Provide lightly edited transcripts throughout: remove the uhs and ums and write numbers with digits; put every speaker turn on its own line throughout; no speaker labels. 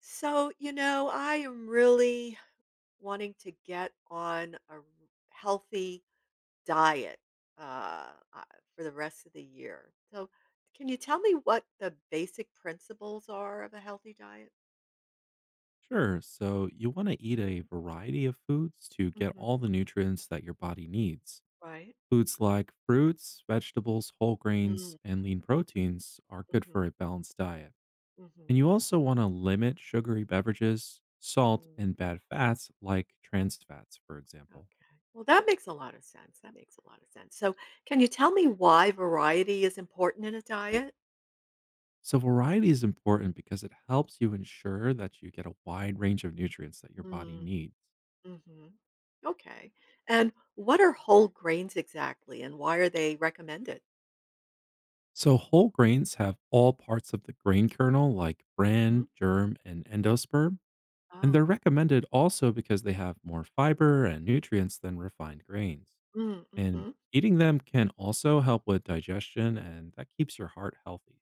So, I am really wanting to get on a healthy diet uh, uh, for the rest of the year. So, can you tell me what the basic principles are of a healthy diet?
Sure. So you want to eat a variety of foods to get all
Hmm.
the nutrients that your body needs.
Right.
Foods like fruits, vegetables, whole grains,
Mm,
and lean proteins are good
hmm,
for a balanced diet. And
hmm.
you also want to limit sugary beverages, salt,
Mm,
and bad fats like trans fats, for
okay.
example.
Well, that makes a lot of sense. That makes a lot of sense. So, can you tell me why variety is important in a diet?
So variety is important because it helps you ensure that you get a wide range of nutrients that your body needs.
Mhm. Okay. And what are whole grains exactly, and why are they recommended?
So, whole grains have all parts of the grain kernel, like
Hmm?
bran, germ, and endosperm, and they're
Oh.
recommended also because they have more fiber and nutrients than refined grains.
Mm, mhm.
And eating them can also help with digestion, and that keeps your heart healthy.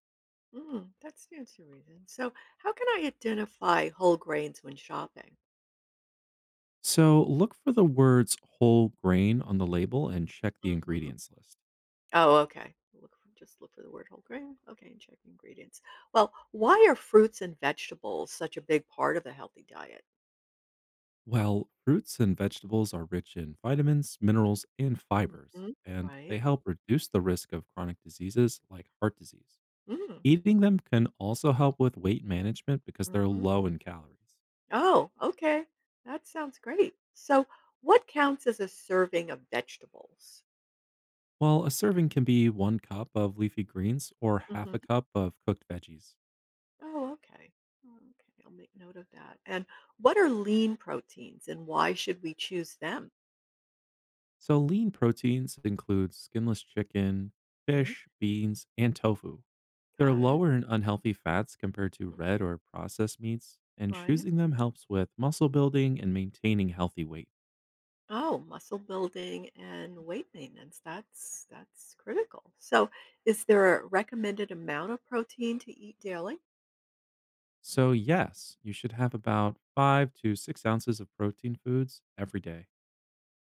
That stands to reason. So, how can I identify whole grains when shopping?
So, look for the words whole grain on the label and check the
Hmm.
ingredients list.
Oh, okay. Look for, just look for the word whole grain. Okay, and check ingredients. Well, why are fruits and vegetables such a big part of a healthy diet?
Well, fruits and vegetables are rich in vitamins, minerals, and fibers,
Hmm.
and they
Right.
help reduce the risk of chronic diseases like heart disease.
Mm.
Eating them can also help with weight management because they're
Mm-hmm.
low in calories,
Oh, okay. That sounds great. So, what counts as a serving of vegetables?
while a serving can be one cup of leafy greens or half a
Hmm.
cup of cooked veggies.
Oh, okay. Okay, I'll make note of that. And what are lean proteins and why should we choose them?
So, lean proteins include skinless chicken,
Hmm.
fish, beans, and tofu. They're
Got it.
lower in unhealthy fats compared to
Mhm.
red or processed meats, and
Right.
choosing them helps with muscle building and maintaining healthy weight.
Oh, muscle building and weight maintenance. That's critical. So, is there a recommended amount of protein to eat daily?
So, yes, you should have about 5 to 6 ounces of protein foods every day.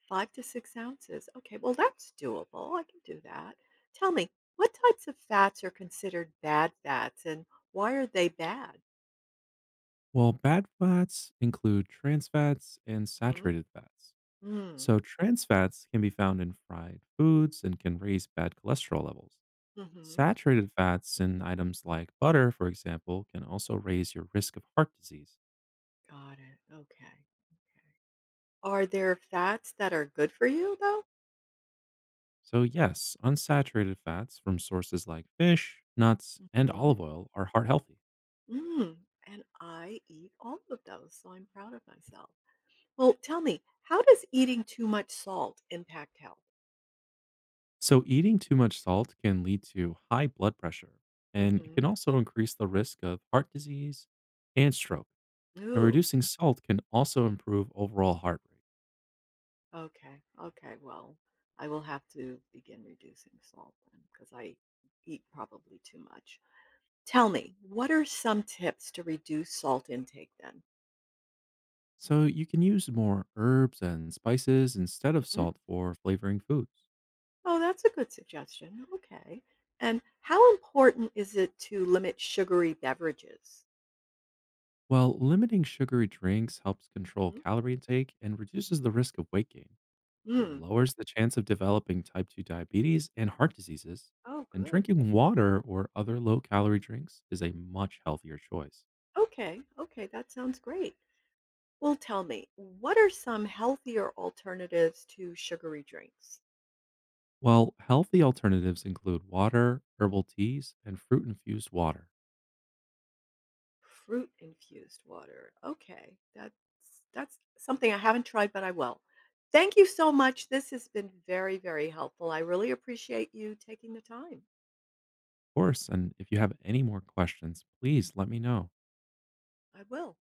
5 to 6 ounces. Okay, well, that's doable. I can do that. Tell me, what types of fats are considered bad fats and why are they bad?
Well, bad fats include trans fats and
Hmm?
saturated fats.
Mm,
So, trans fats can be found in fried foods and can raise bad cholesterol levels.
hmm.
Saturated fats in items like butter, for example, can also raise your risk of heart disease.
Got it. Okay. Are there fats that are good for you, though?
So, yes, unsaturated fats from sources like fish, nuts, and
Hmm.
olive oil are heart healthy.
Mm. And I eat all of those, so I'm proud of myself. Well, tell me, how does eating too much salt impact health?
So, eating too much salt can lead to high blood pressure, and it can
Hmm.
also increase the risk of heart disease and stroke. And
Ooh.
reducing salt can also improve overall heart rate.
Okay. Okay. Well, I will have to begin reducing salt then because I eat probably too much. Tell me, what are some tips to reduce salt intake then?
So you can use more herbs and spices instead of
Mhm.
salt for flavoring foods.
Oh, that's a good suggestion. Okay. And how important is it to limit sugary beverages?
While limiting sugary drinks helps control
Hmm.
calorie intake and reduces the risk of weight gain, it
Mm.
lowers the chance of developing type 2 diabetes and heart diseases.
Oh,
And
good.
drinking water or other low calorie drinks is a much healthier choice.
Okay. Okay. That sounds great. Well, tell me, what are some healthier alternatives to sugary drinks?
While healthy alternatives include water, herbal teas, and fruit infused water.
Fruit infused water. Okay, that's something I haven't tried, but I will. Thank you so much. This has been very, very helpful. I really appreciate you taking the time.
Of course. And if you have any more questions, please let me know.
I will.